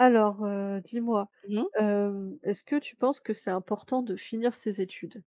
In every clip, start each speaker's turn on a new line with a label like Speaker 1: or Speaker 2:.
Speaker 1: Dis-moi,
Speaker 2: Mmh mh.
Speaker 1: est-ce que tu penses que c'est important de finir ses études?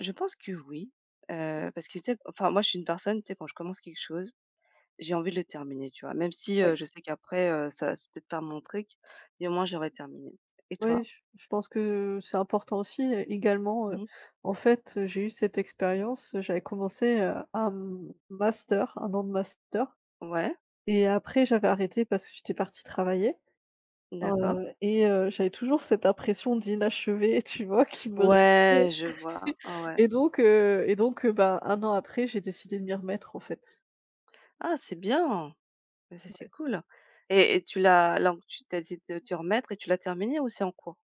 Speaker 2: Je pense que oui, parce que tu sais, enfin moi je suis une personne, tu sais quand je commence quelque chose, j'ai envie de le terminer, tu vois? Même si,
Speaker 1: Oui, ouais.
Speaker 2: je sais qu'après, ça va, c'est peut-être pas mon truc, mais au moins j'aurais terminé. Et
Speaker 1: Ouais,
Speaker 2: toi?
Speaker 1: je pense que c'est important aussi, et également,
Speaker 2: Mmh.
Speaker 1: en fait, j'ai eu cette expérience. J'avais commencé un master, un an de master,
Speaker 2: Ouais,
Speaker 1: et après j'avais arrêté parce que j'étais partie travailler.
Speaker 2: d'accord.
Speaker 1: J'avais toujours cette impression d'inachevé, tu vois? Qui me restait.
Speaker 2: Ouais, je vois. Ah ouais.
Speaker 1: Bah, un an après, j'ai décidé de m'y remettre, en fait.
Speaker 2: Ah c'est bien! Bah ça c'est cool. Et tu l'as là, tu as de t'y remettre et tu l'as terminé ou c'est en cours?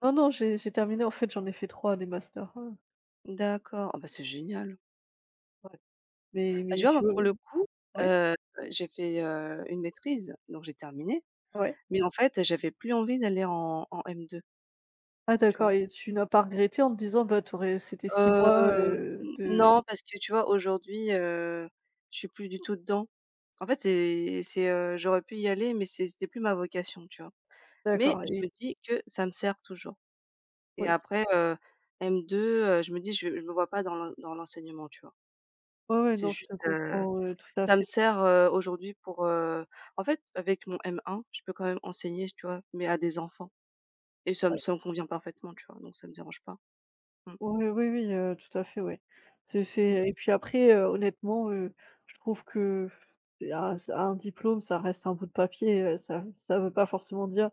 Speaker 1: Non, non, j'ai terminé, en fait, j'en ai fait 3 des masters,
Speaker 2: D'accord. Ah bah c'est génial.
Speaker 1: ouais. Mais
Speaker 2: Bah tu
Speaker 1: mais
Speaker 2: vois
Speaker 1: tu
Speaker 2: moi
Speaker 1: vois,
Speaker 2: pour le coup,
Speaker 1: oui,
Speaker 2: heu, j'ai fait, une maîtrise, donc j'ai terminé.
Speaker 1: ouais.
Speaker 2: Mais en fait, j'avais plus envie d'aller en M2,
Speaker 1: Ah,
Speaker 2: tu
Speaker 1: d'accord,
Speaker 2: vois?
Speaker 1: et tu n'as pas regretté en te disant: «Bah, tu, c'était 6 mois,
Speaker 2: Heu,
Speaker 1: de»,
Speaker 2: non, parce que tu vois, aujourd'hui, je suis plus du tout dedans. En fait, j'aurais pu y aller, mais c'était plus ma vocation, tu vois? Mais
Speaker 1: d'accord, et
Speaker 2: je
Speaker 1: oui.
Speaker 2: me dis que ça me sert toujours et après, M2, je me dis: «Je me vois pas dans l'enseignement», tu vois?
Speaker 1: Ouais, ouais,
Speaker 2: C'est
Speaker 1: non, je
Speaker 2: juste,
Speaker 1: te comprends, tout à
Speaker 2: ça me
Speaker 1: fait,
Speaker 2: sert, aujourd'hui pour, en fait, avec mon M1, je peux quand même enseigner, tu vois? Mais à des enfants et ça me
Speaker 1: ouais.
Speaker 2: ça me convient parfaitement, tu vois? Donc ça me dérange pas. Mmh.
Speaker 1: Oui, oui, oui, tout à fait, ouais. C'est
Speaker 2: Mmh.
Speaker 1: c'est et puis après, honnêtement, je trouve que un diplôme, ça reste un bout de papier. Ça veut pas forcément dire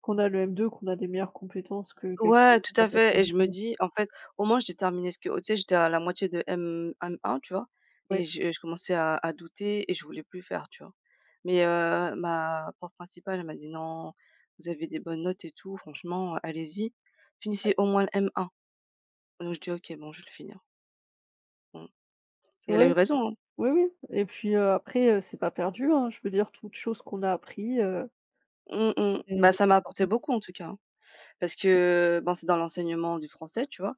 Speaker 1: qu'on a le M2, qu'on a des meilleures compétences que quelqu'un
Speaker 2: Ouais,
Speaker 1: qui
Speaker 2: tout
Speaker 1: a
Speaker 2: à
Speaker 1: pas.
Speaker 2: fait et je me
Speaker 1: Oui,
Speaker 2: dis: «En fait, au moins, j'ai terminé ce que» tu sais, j'étais à la moitié de M M1, tu vois? Et
Speaker 1: ouais,
Speaker 2: je commençais à douter et je voulais plus faire, tu vois? Mais ma prof principale, elle m'a dit: «Non, vous avez des bonnes notes et tout, franchement, allez-y. Finissez
Speaker 1: ouais.
Speaker 2: au moins le M1». Donc je dis: «OK, bon, je vais le finir». Mmh.
Speaker 1: C'est
Speaker 2: Et elle a
Speaker 1: vrai.
Speaker 2: eu raison, hein.
Speaker 1: Oui, oui, et puis, après, c'est pas perdu, hein. Je veux dire toute chose qu'on a appris,
Speaker 2: Mmh mh.
Speaker 1: elle n'est
Speaker 2: Bah, ça
Speaker 1: pas
Speaker 2: m'a apporté
Speaker 1: perdue.
Speaker 2: beaucoup, en tout cas, hein. Parce que, ben, c'est dans l'enseignement du français, tu vois?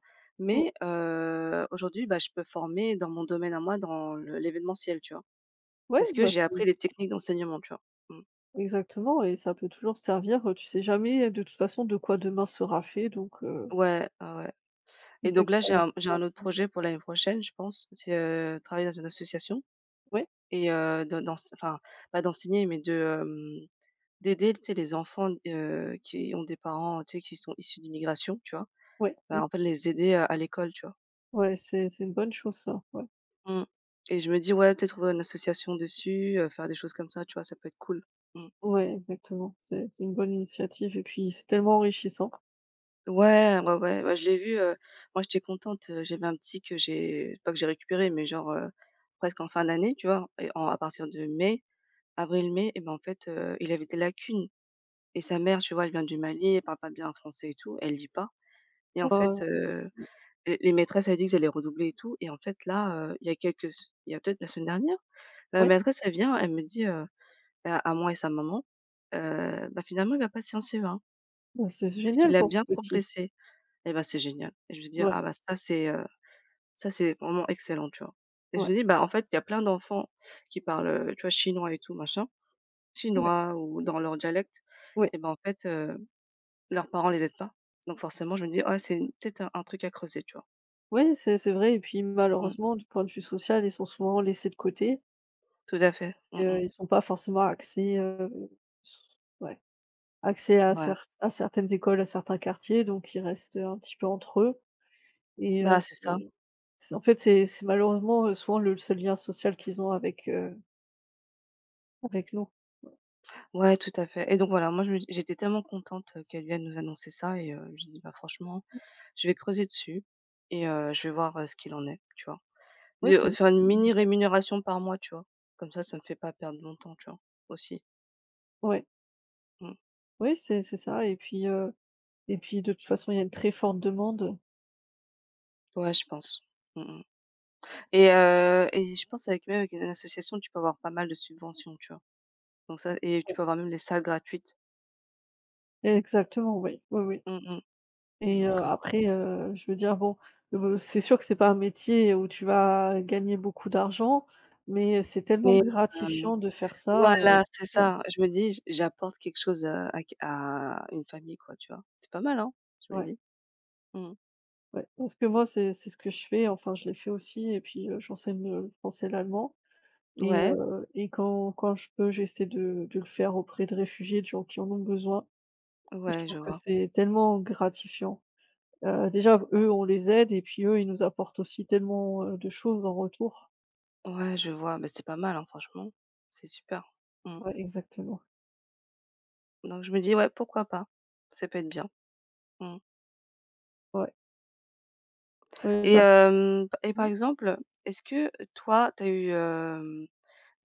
Speaker 1: Ou
Speaker 2: Mais aujourd'hui, bah, je peux former dans mon domaine à moi, dans le l'événementiel, tu vois?
Speaker 1: Ouais,
Speaker 2: Parce que
Speaker 1: bah,
Speaker 2: j'ai
Speaker 1: c'est
Speaker 2: appris
Speaker 1: c'est
Speaker 2: les
Speaker 1: ça,
Speaker 2: techniques d'enseignement, tu vois? Mmh.
Speaker 1: exactement, et ça peut toujours servir, tu sais jamais, de toute façon, de quoi demain sera fait, donc,
Speaker 2: Ouais, ouais, ouais et
Speaker 1: toute
Speaker 2: donc là, j'ai
Speaker 1: expérience
Speaker 2: un
Speaker 1: peut
Speaker 2: j'ai un autre
Speaker 1: apprendre.
Speaker 2: projet pour l'année prochaine, je pense. C'est, travailler dans une association
Speaker 1: Ouais,
Speaker 2: et de d'ense enfin, pas d'enseigner, mais d'aider, tu sais, les enfants, qui ont des parents, tu sais, qui sont issus d'immigration, tu vois?
Speaker 1: ouais, mmh,
Speaker 2: Bah, en fait, les aider, à l'école, tu vois?
Speaker 1: ouais, c'est une bonne chose, ça, ouais.
Speaker 2: Mmh et je me dis: «Ouais, peut-être ouvrir une association dessus, faire des choses comme ça», tu vois? Ça peut être cool. Mmh.
Speaker 1: Ouais, exactement, c'est une bonne initiative et puis c'est tellement enrichissant.
Speaker 2: Ouais, ouais, ouais, ouais, je l'ai vu, moi, j'étais contente, j'avais un petit que j'ai pas que j'ai récupéré, mais genre, presque en fin d'année, tu vois? Et en à partir de mai, avril-mai et ben, en fait, il avait des lacunes et sa mère, tu vois, elle vient du Mali, elle parle pas bien français et tout, elle lit pas et en fait,
Speaker 1: Heu,
Speaker 2: les maîtresses, elles disent qu'elle est redoublée et tout et en fait, là, il y a peut-être la semaine dernière, la
Speaker 1: ouais,
Speaker 2: maîtresse, elle vient, elle me dit, à moi et sa maman: «Bah, finalement, il va passer en CE1
Speaker 1: bah, c'est
Speaker 2: parce
Speaker 1: génial
Speaker 2: qu'il a
Speaker 1: pour ce
Speaker 2: bien
Speaker 1: petit.
Speaker 2: progressé». Et bah, c'est génial et je vais dire:
Speaker 1: Ouais,
Speaker 2: «Ah bah, ça c'est vraiment excellent», tu vois? Et je
Speaker 1: ouais,
Speaker 2: me dis: «Bah, en fait, il y a plein d'enfants qui parlent, tu vois, chinois et tout machin,
Speaker 1: ouais,
Speaker 2: chinois ou dans leur dialecte
Speaker 1: ouais.
Speaker 2: et ben, en fait, leurs parents les aident pas». Donc forcément, je me dis: «Ah, peut-être un truc à creuser», tu vois?
Speaker 1: Oui, c'est vrai et puis
Speaker 2: Mmh,
Speaker 1: malheureusement du point de vue social, ils sont souvent laissés de côté
Speaker 2: tout à fait.
Speaker 1: parce
Speaker 2: Mmh mh.
Speaker 1: qu'ils ne sont pas forcément accès, s ouais, axés à
Speaker 2: Ouais.
Speaker 1: cer à certaines écoles, à certains quartiers, donc ils restent un petit peu entre eux. et heu,
Speaker 2: Bah, c'est ça.
Speaker 1: c'est c'est en fait, c'est c'est malheureusement, souvent le seul lien social qu'ils ont avec, avec nous.
Speaker 2: Ouais, tout à fait et donc voilà, moi je me j'étais tellement contente, qu'elle vienne nous annoncer ça et je dis: «Bah, franchement, je vais creuser dessus et je vais voir, ce qu'il en est», tu vois?
Speaker 1: Ouais, c'est
Speaker 2: De, faire une mini rémunération par mois, tu vois? Comme ça me fait pas perdre mon temps, tu vois? Aussi.
Speaker 1: ouais,
Speaker 2: Mmh.
Speaker 1: oui, c'est ça, et puis, et puis de toute façon, il y a une très forte demande.
Speaker 2: Ouais, je pense. Mmh mh et je pense avec même avec une association, tu peux avoir pas mal de subventions, tu vois? Donc ça et tu
Speaker 1: Ouais,
Speaker 2: peux avoir même les salles gratuites.
Speaker 1: exactement, oui, oui, oui.
Speaker 2: Mmh mh.
Speaker 1: Et
Speaker 2: Donc ouais.
Speaker 1: après, je veux dire, bon, c'est sûr que c'est pas un métier où tu vas gagner beaucoup d'argent, mais c'est tellement
Speaker 2: Mais heu,
Speaker 1: gratifiant de faire ça,
Speaker 2: voilà, c'est
Speaker 1: ouais,
Speaker 2: ça. Je me dis: «j'apporte quelque chose, à une famille, quoi», tu vois? C'est pas mal, hein? Je me
Speaker 1: ouais,
Speaker 2: dis. Mmh.
Speaker 1: ouais. Parce que moi, c'est ce que je fais, enfin, je l'ai fait aussi, et puis, j'enseigne le français et l'allemand. et
Speaker 2: Ouais,
Speaker 1: heu et quand je peux, j'essaie de le faire auprès de réfugiés, de gens qui en ont besoin, et je
Speaker 2: ouais, je
Speaker 1: trouve que
Speaker 2: vois.
Speaker 1: c'est tellement gratifiant. Déjà, eux, on les aide, et puis eux, ils nous apportent aussi tellement, de choses en retour.
Speaker 2: Ouais, je vois. Mais c'est pas mal, hein, franchement. C'est super. Mmh.
Speaker 1: Ouais, exactement.
Speaker 2: Donc je me dis: «Ouais, pourquoi pas? Ça peut être bien». Mmh
Speaker 1: Ouais. Ouais,
Speaker 2: et
Speaker 1: parce
Speaker 2: hem et
Speaker 1: mmh.
Speaker 2: par exemple, est-ce que toi, tu as eu,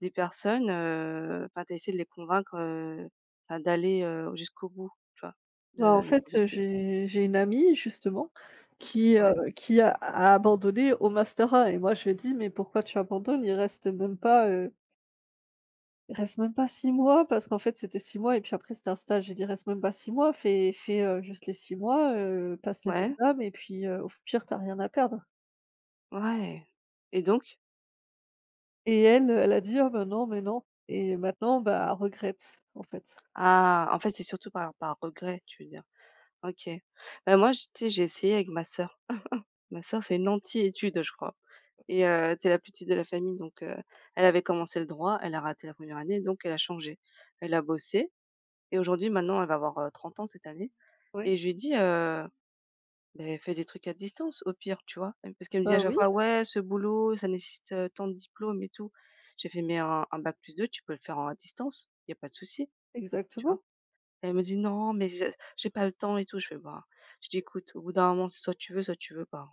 Speaker 2: des personnes, enfin, tu as essayé de les convaincre, enfin d'aller, jusqu'au bout, tu vois,
Speaker 1: Bah, en
Speaker 2: de
Speaker 1: fait,
Speaker 2: tes études?
Speaker 1: j'ai une amie justement
Speaker 2: Ouais,
Speaker 1: qui a abandonné au master 1, et moi je lui ai dit: «Mais pourquoi tu abandonnes? Il reste même pas, 6 mois», parce qu'en fait c'était 6 mois et puis après c'était un stage. J'ai dit: «Reste même pas 6 mois, fais, juste les 6 mois, passe les
Speaker 2: ouais,
Speaker 1: examens, et puis, au pire tu as rien à perdre».
Speaker 2: ouais et donc?
Speaker 1: Et elle, elle a dit: «Ah bah non, mais non», et maintenant, bah, elle regrette, en fait.
Speaker 2: Ah, en fait, c'est surtout par regret, tu veux dire? OK. Ben moi, j tu sais, j'ai essayé avec ma sœur. Ma sœur, c'est une anti étude, je crois. Et c'est la plus petite de la famille, donc elle avait commencé le droit, elle a raté la première année, donc elle a changé. Elle a bossé et aujourd'hui, maintenant, elle va avoir, 30 ans cette année
Speaker 1: Oui.
Speaker 2: et je lui dis: «Beh, fais des trucs à distance au pire», tu vois? Parce qu'elle me dit à
Speaker 1: Bah
Speaker 2: chaque
Speaker 1: oui,
Speaker 2: fois: «Ouais, ce boulot, ça nécessite, tant de diplômes et tout». J'ai fait: «Mais un bac +2 tu peux le faire en à distance, il y a pas de souci», tu
Speaker 1: exactement.
Speaker 2: vois? Elle me dit: «Non, mais je j'ai pas le temps et tout». Je fais: «Bah», je dis: «Écoute, au bout d'un moment, c'est soit tu veux pas,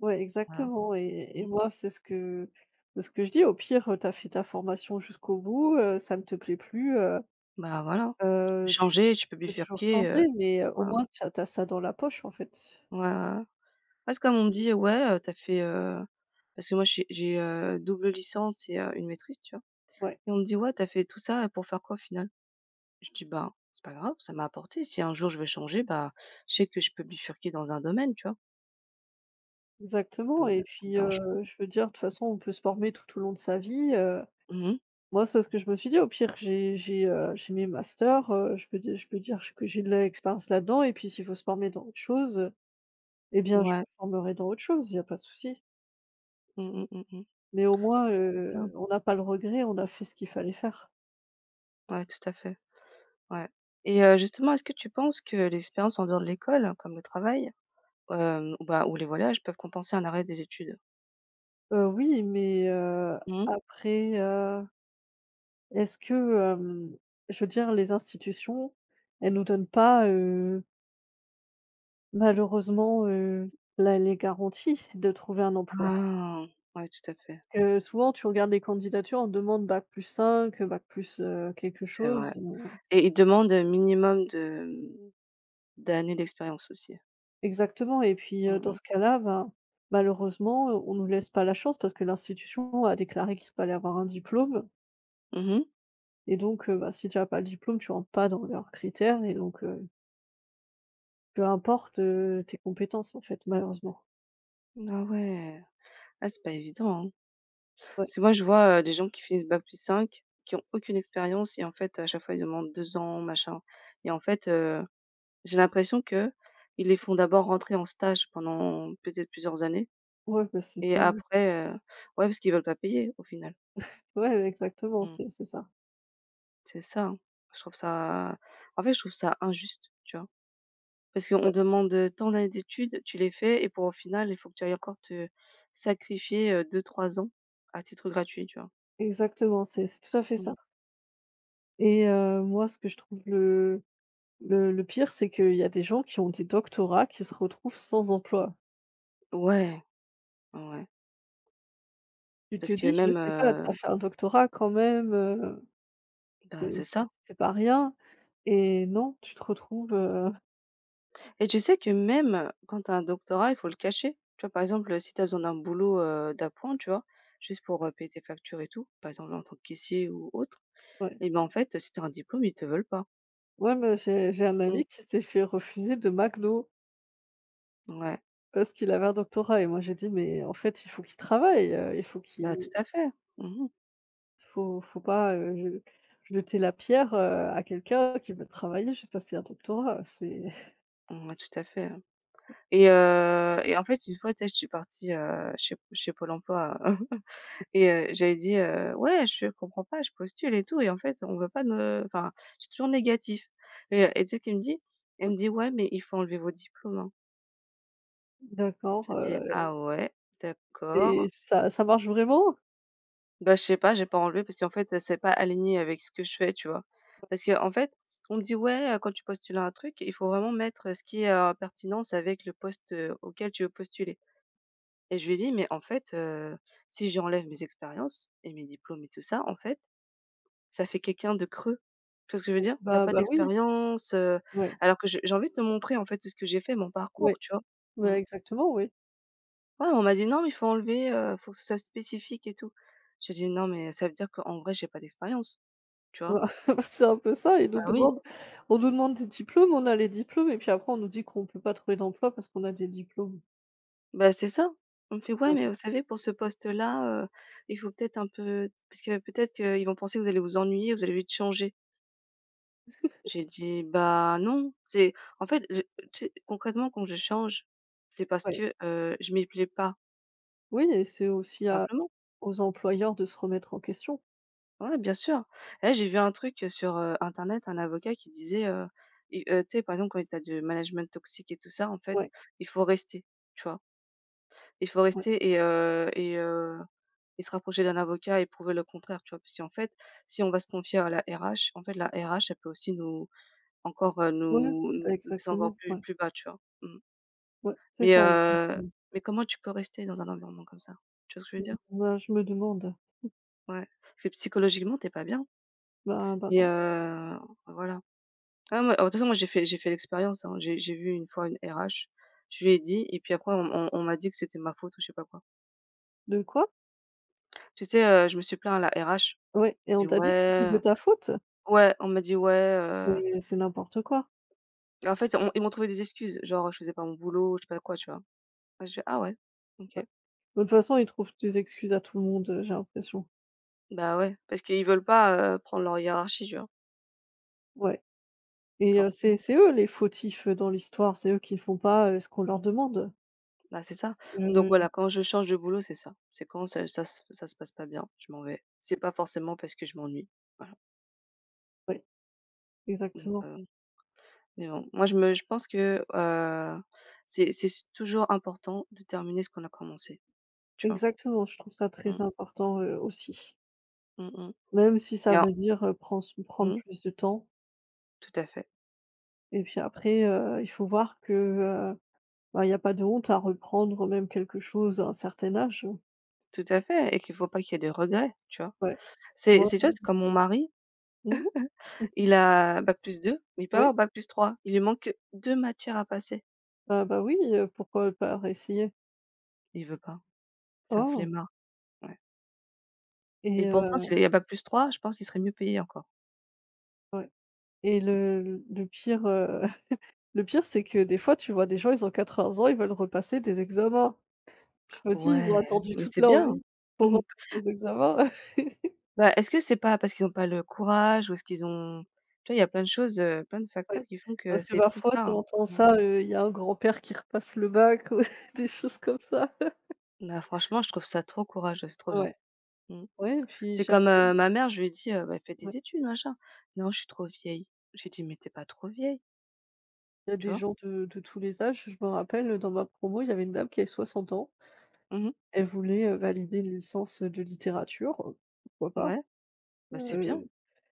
Speaker 1: Ouais,
Speaker 2: voilà».
Speaker 1: exactement, et
Speaker 2: Mmh.
Speaker 1: moi, c'est ce que je dis. Au pire, tu as fait ta formation jusqu'au bout, ça ne te plaît plus,
Speaker 2: Bah, voilà, tu peux
Speaker 1: tu
Speaker 2: changer, tu peux
Speaker 1: peux toujours
Speaker 2: bifurquer.
Speaker 1: changer, mais au
Speaker 2: Ouais,
Speaker 1: moins tu as ça dans la poche, en fait.
Speaker 2: ouais, ouais, ouais. Parce que comme on me
Speaker 1: Mmh,
Speaker 2: dit: «Ouais, tu fait» parce que moi j'ai double licence et une maîtrise, tu vois?
Speaker 1: ouais,
Speaker 2: Et on me dit: «Ouais, t'as fait tout ça pour faire quoi au final?» Je dis: «Bah, c'est pas grave, ça m'a apporté. Si un jour je veux changer, bah, je sais que je peux bifurquer dans un domaine», tu vois? Ça
Speaker 1: exactement,
Speaker 2: me
Speaker 1: et
Speaker 2: ça me
Speaker 1: puis,
Speaker 2: dérange pas.
Speaker 1: je veux dire, de toute façon, on peut se former tout au long de sa vie,
Speaker 2: Mmh.
Speaker 1: Moi, c'est ce que je me suis dit. Au pire, j'ai mes masters, je peux dire que j'ai de l'expérience là-dedans, et puis s'il faut se former dans autre chose, eh bien, je
Speaker 2: Ouais.
Speaker 1: me formerai dans autre chose, il n'y a pas de souci.
Speaker 2: Mmh, mmh, mmh, mmh.
Speaker 1: Mais au moins,
Speaker 2: Ouais, c'est ça.
Speaker 1: on n'a pas le regret, on a fait ce qu'il fallait faire.
Speaker 2: Ouais, tout à fait. Ouais. Et justement, est-ce que tu penses que les expériences en dehors de l'école, comme le travail, ou bah, ou les voyages peuvent compenser un arrêt des études?
Speaker 1: Oui, mais
Speaker 2: Mmh.
Speaker 1: après, est-ce que, hem, je veux dire les institutions, elles nous donnent pas, malheureusement, la les garanties de trouver un emploi?
Speaker 2: Ah! Ouais, tout à fait.
Speaker 1: Parce que souvent tu regardes les candidatures, on demande bac+5, bac plus, quelque
Speaker 2: C'est
Speaker 1: chose,
Speaker 2: vrai. Et ils demandent un minimum d'années d'expérience aussi.
Speaker 1: exactement, et puis,
Speaker 2: Mmh
Speaker 1: dans
Speaker 2: mh.
Speaker 1: ce cas-là, ben, malheureusement, on nous laisse pas la chance parce que l'institution a déclaré qu'il fallait avoir un diplôme.
Speaker 2: Mmh mh.
Speaker 1: Et donc, bah, si tu as pas le diplôme, tu rentres pas dans leurs critères, et donc, peu importe, tes compétences, en fait, malheureusement.
Speaker 2: Ah ouais. Ah c'est pas évident, hein.
Speaker 1: Ouais,
Speaker 2: Parce que moi je vois, des gens qui finissent bac +5, qui ont aucune expérience et en fait à chaque fois ils demandent 2 ans, machin et en fait, j'ai l'impression qu'ils les font d'abord rentrer en stage pendant peut-être plusieurs années
Speaker 1: ouais, bah, c'est
Speaker 2: et
Speaker 1: ça, ouais.
Speaker 2: après, ouais parce qu'ils veulent pas payer au final.
Speaker 1: Ouais, exactement,
Speaker 2: Mmh.
Speaker 1: c'est ça.
Speaker 2: C'est ça, hein. Je trouve ça en fait je trouve ça injuste, tu vois? Parce qu'on
Speaker 1: Ouais,
Speaker 2: demande, tant d'années d'études, tu les fais et pour au final, il faut que tu ailles encore te sacrifier, 2-3 ans à titre gratuit, tu vois?
Speaker 1: exactement, c'est tout à fait ça.
Speaker 2: Mmh.
Speaker 1: Et moi, ce que je trouve le pire, c'est qu'il y a des gens qui ont des doctorats qui se retrouvent sans emploi.
Speaker 2: Ouais, ouais,
Speaker 1: Tu te
Speaker 2: parce que
Speaker 1: dis: «Je
Speaker 2: même,
Speaker 1: sais pas, tu as fait un doctorat quand même,
Speaker 2: bah,
Speaker 1: c'est
Speaker 2: c'est
Speaker 1: c'est
Speaker 2: ça
Speaker 1: c'est pas rien», et non, tu te retrouves,
Speaker 2: et tu sais que même quand tu as un doctorat, il faut le cacher. Tu vois, par exemple, si tu as besoin d'un boulot, d'appoint, tu vois? Juste pour,
Speaker 1: ouais,
Speaker 2: payer tes factures et tout, par exemple en tant que caissier ou autre
Speaker 1: ouais.
Speaker 2: et ben, en fait, si tu as un diplôme, ils te veulent pas.
Speaker 1: Mais j'ai un
Speaker 2: Mmh,
Speaker 1: ami qui s'est fait refuser de McDo.
Speaker 2: ouais,
Speaker 1: Parce qu'il avait un doctorat, et moi j'ai dit: «Mais en fait, il faut qu'il travaille, il faut qu'il,
Speaker 2: bah, tout à fait. Mmh.
Speaker 1: faut pas, je jeter la pierre, à quelqu'un qui veut travailler juste parce qu'il a un doctorat, c'est»
Speaker 2: Ouais, tout à fait. Et en fait, une fois, tu sais, je suis partie, chez Pôle emploi, et j'avais dit: «Ouais, je comprends pas, je postule et tout et en fait, on veut pas de me enfin, c'est toujours négatif» et tu sais ce qu'elle me dit? Elle me dit: «Ouais, mais il faut enlever vos diplômes, hein».
Speaker 1: d'accord,
Speaker 2: J'ai dit: «Ah ouais,
Speaker 1: «et
Speaker 2: d'accord».
Speaker 1: ça marche vraiment?»
Speaker 2: Bah, je sais pas, j'ai pas enlevé parce qu'en fait, c'est pas aligné avec ce que je fais, tu vois? Parce qu'en fait, on me dit: «Ouais, quand tu postules à un truc, il faut vraiment mettre, ce qui est, en pertinence avec le poste, auquel tu veux postuler». Et je lui ai dit: «Mais en fait, si j'enlève mes expériences et mes diplômes et tout ça, en fait, ça fait quelqu'un de creux». Tu vois ce que je veux dire? T'as
Speaker 1: bah
Speaker 2: pas
Speaker 1: bah oui,
Speaker 2: d'expérience.
Speaker 1: ouais,
Speaker 2: Alors que je j'ai envie de te montrer, en fait, tout ce que j'ai fait, mon parcours,
Speaker 1: ouais,
Speaker 2: tu vois? Mmh.
Speaker 1: ouais, exactement, oui.
Speaker 2: Ouais, on m'a dit: «Non, mais il faut enlever, faut que ce soit spécifique et tout». J'ai dit: «Non, mais ça veut dire qu'en vrai, j'ai pas d'expérience». Tu vois?
Speaker 1: Bah, c'est un peu ça, ils nous
Speaker 2: Bah oui,
Speaker 1: demandent on nous demande des diplômes, on a les diplômes, et puis après on nous dit qu'on peut pas trouver d'emploi parce qu'on a des diplômes.
Speaker 2: bah, c'est ça. On me fait: «Ouais,
Speaker 1: Ouais,
Speaker 2: mais vous savez, pour ce poste-là, il faut peut-être un peu parce que peut-être qu'ils vont penser que vous allez vous ennuyer, vous allez vite changer». J'ai dit: «Bah, non». C'est en fait, je Tu sais, concrètement, quand je change, c'est parce
Speaker 1: ouais.
Speaker 2: que, je m'y plais pas,
Speaker 1: Oui, et c'est aussi à
Speaker 2: simplement.
Speaker 1: aux employeurs de se remettre en question.
Speaker 2: Ouais, bien sûr. Et là, j'ai vu un truc sur, internet, un avocat qui disait, i tu sais, par exemple, quand tu as du management toxique et tout ça, en fait,
Speaker 1: Ouais,
Speaker 2: il faut rester, tu vois? Il faut
Speaker 1: ouais.
Speaker 2: rester et et se rapprocher d'un avocat et prouver le contraire, tu vois? Parce qu'en fait, si on va se confier à la RH, en fait, la RH, elle peut aussi nous encore,
Speaker 1: Ouais,
Speaker 2: nous
Speaker 1: bah,
Speaker 2: nous descendre encore
Speaker 1: exactement,
Speaker 2: plus
Speaker 1: ouais,
Speaker 2: plus bas, tu vois? Mmh.
Speaker 1: ouais, c'est
Speaker 2: Mais
Speaker 1: ça,
Speaker 2: heu,
Speaker 1: exactement.
Speaker 2: mais comment tu peux rester dans un environnement comme ça? Tu vois ce que je veux
Speaker 1: Mmh.
Speaker 2: dire?
Speaker 1: Bah, je me demande.
Speaker 2: Ouais. C'est psychologiquement, t'es pas bien,
Speaker 1: Bah,
Speaker 2: mais
Speaker 1: non.
Speaker 2: voilà. Ah moi, de toute façon, moi, j'ai fait l'expérience, hein. J'ai vu une fois une RH, je lui ai
Speaker 1: Et
Speaker 2: dit et puis après on m'a dit que c'était ma faute ou je sais pas quoi.
Speaker 1: de quoi?
Speaker 2: Tu sais, je me suis plaint à la RH,
Speaker 1: Ouais, et on
Speaker 2: j'ai dit:
Speaker 1: t'a dit que c'était de
Speaker 2: «Ouais».
Speaker 1: ta faute?
Speaker 2: Ouais, on m'a dit: «Ouais, heu».
Speaker 1: Mais c'est n'importe quoi.
Speaker 2: Et en fait, on ils m'ont trouvé des excuses, genre, je faisais pas mon boulot, je sais pas quoi, tu vois? Moi, je fais: «Ah ouais, OK».
Speaker 1: Ouais. De toute façon, ils trouvent des excuses à tout le monde, j'ai l'impression.
Speaker 2: Bah ouais, parce qu'ils veulent pas, prendre leur hiérarchie, tu vois?
Speaker 1: Ouais, et c'est
Speaker 2: Forcément.
Speaker 1: c'est eux les fautifs, dans l'histoire, c'est eux qui font pas, ce qu'on leur demande.
Speaker 2: Bah, c'est ça. Donc
Speaker 1: Heu,
Speaker 2: voilà, quand je change de boulot, c'est ça. C'est quand ça se passe pas bien, je m'en vais. C'est pas forcément parce que je m'ennuie. Voilà.
Speaker 1: ouais,
Speaker 2: Donc,
Speaker 1: exactement.
Speaker 2: mais bon, moi, je pense que, c'est s toujours important de terminer ce qu'on a commencé, tu vois?
Speaker 1: Exactement, je trouve ça très
Speaker 2: Mmh.
Speaker 1: important, aussi.
Speaker 2: Mmh mh.
Speaker 1: Même si
Speaker 2: Il y
Speaker 1: ça
Speaker 2: a
Speaker 1: veut dire, prends prendre
Speaker 2: mmh,
Speaker 1: plus de temps,
Speaker 2: tout à fait,
Speaker 1: et puis après, il faut voir que, bah, il n'y a pas de honte à reprendre même quelque chose à un certain âge.
Speaker 2: tout à fait et qu'il faut pas qu'il y ait de regrets, tu vois?
Speaker 1: Ouais.
Speaker 2: C'est
Speaker 1: Ouais,
Speaker 2: c'est tu
Speaker 1: ouais,
Speaker 2: vois, c'est comme
Speaker 1: c'est.
Speaker 2: mon mari,
Speaker 1: Mmh. Mmh.
Speaker 2: il a bac plus 2 mais il peut
Speaker 1: Oui.
Speaker 2: avoir bac plus trois. Il lui manque que 2 matières à passer.
Speaker 1: Ah bah, oui, pourquoi pas essayer?
Speaker 2: Il veut pas. C'est un
Speaker 1: Oh,
Speaker 2: flemmard.
Speaker 1: et
Speaker 2: Et pourtant, s'il y a bac plus 3, je pense qu'il serait mieux payé encore.
Speaker 1: ouais le pire, le pire, c'est que des fois, tu vois des gens, ils ont 80 ans, ils veulent repasser des examens. Je me dis: «Ils ont
Speaker 2: Ouais,
Speaker 1: attendu
Speaker 2: mais
Speaker 1: toute
Speaker 2: c'est
Speaker 1: leur
Speaker 2: bien.
Speaker 1: vie pour
Speaker 2: Mmh.
Speaker 1: repasser des examens».
Speaker 2: Bah, est-ce que c'est pas parce qu'ils ont pas le courage ou est-ce qu'ils ont tu vois, il y a plein de choses, plein de facteurs
Speaker 1: Ouais,
Speaker 2: qui font que
Speaker 1: parce que
Speaker 2: c'est plus
Speaker 1: parfois, tu
Speaker 2: tard.
Speaker 1: entends
Speaker 2: Mmh.
Speaker 1: ça, il y a un grand-père qui repasse le bac, ou des choses comme ça.
Speaker 2: Bah, franchement, je trouve ça trop courageux, c'est trop bien.
Speaker 1: Ouais,
Speaker 2: Mmh.
Speaker 1: ouais, et puis
Speaker 2: C'est comme,
Speaker 1: j'avais
Speaker 2: ma mère, je lui ai dit, «Bah, fais
Speaker 1: ouais.
Speaker 2: des études, machin». «Non, je suis trop vieille». Je lui ai dit: «Mais t'es pas trop vieille»,
Speaker 1: Il y a
Speaker 2: tu
Speaker 1: des
Speaker 2: vois?
Speaker 1: gens de tous les âges. Je me rappelle, dans ma promo, il y avait une dame qui avait 60 ans.
Speaker 2: Mmh.
Speaker 1: Elle voulait, valider une licence de littérature, pourquoi pas?
Speaker 2: Ouais, bah, c'est bien.
Speaker 1: Heu,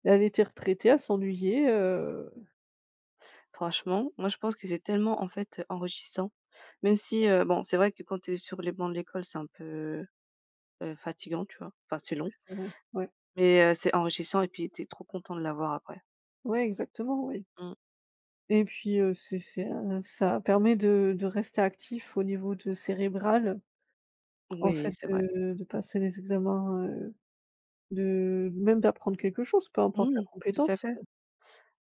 Speaker 1: Elle était retraitée, elle s'ennuyait,
Speaker 2: Franchement, moi, je pense que c'est tellement, en fait, enrichissant. Même si, bon, c'est vrai que quand t'es sur les bancs de l'école, c'est un peu fatigant, tu vois? Enfin, c'est
Speaker 1: ouais,
Speaker 2: long,
Speaker 1: c'est vrai. Ouais,
Speaker 2: mais c'est enrichissant et puis tu trop content de l'avoir après.
Speaker 1: ouais, exactement, oui,
Speaker 2: Mmh.
Speaker 1: et puis, c'est un ça permet de rester actif au niveau de cérébral, en
Speaker 2: Oui,
Speaker 1: fait,
Speaker 2: c'est vrai.
Speaker 1: de passer les examens, de même d'apprendre quelque chose, peu importe la
Speaker 2: Mmh, tout à
Speaker 1: compétence,
Speaker 2: fait,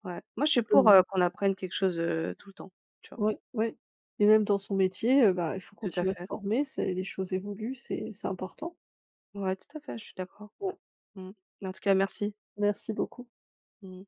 Speaker 2: ouais. Moi, je
Speaker 1: on
Speaker 2: suis pour,
Speaker 1: peut
Speaker 2: qu'on apprenne quelque chose, tout le temps, tu vois?
Speaker 1: ouais, ouais, et même dans son métier, bah, il faut
Speaker 2: Tout à
Speaker 1: continuer à se
Speaker 2: fait.
Speaker 1: former, c'est, les choses évoluent, c'est important.
Speaker 2: Ouais, tout à fait, je suis d'accord.
Speaker 1: Ouais,
Speaker 2: Mmh. En tout cas, merci.
Speaker 1: merci beaucoup.
Speaker 2: Mmh.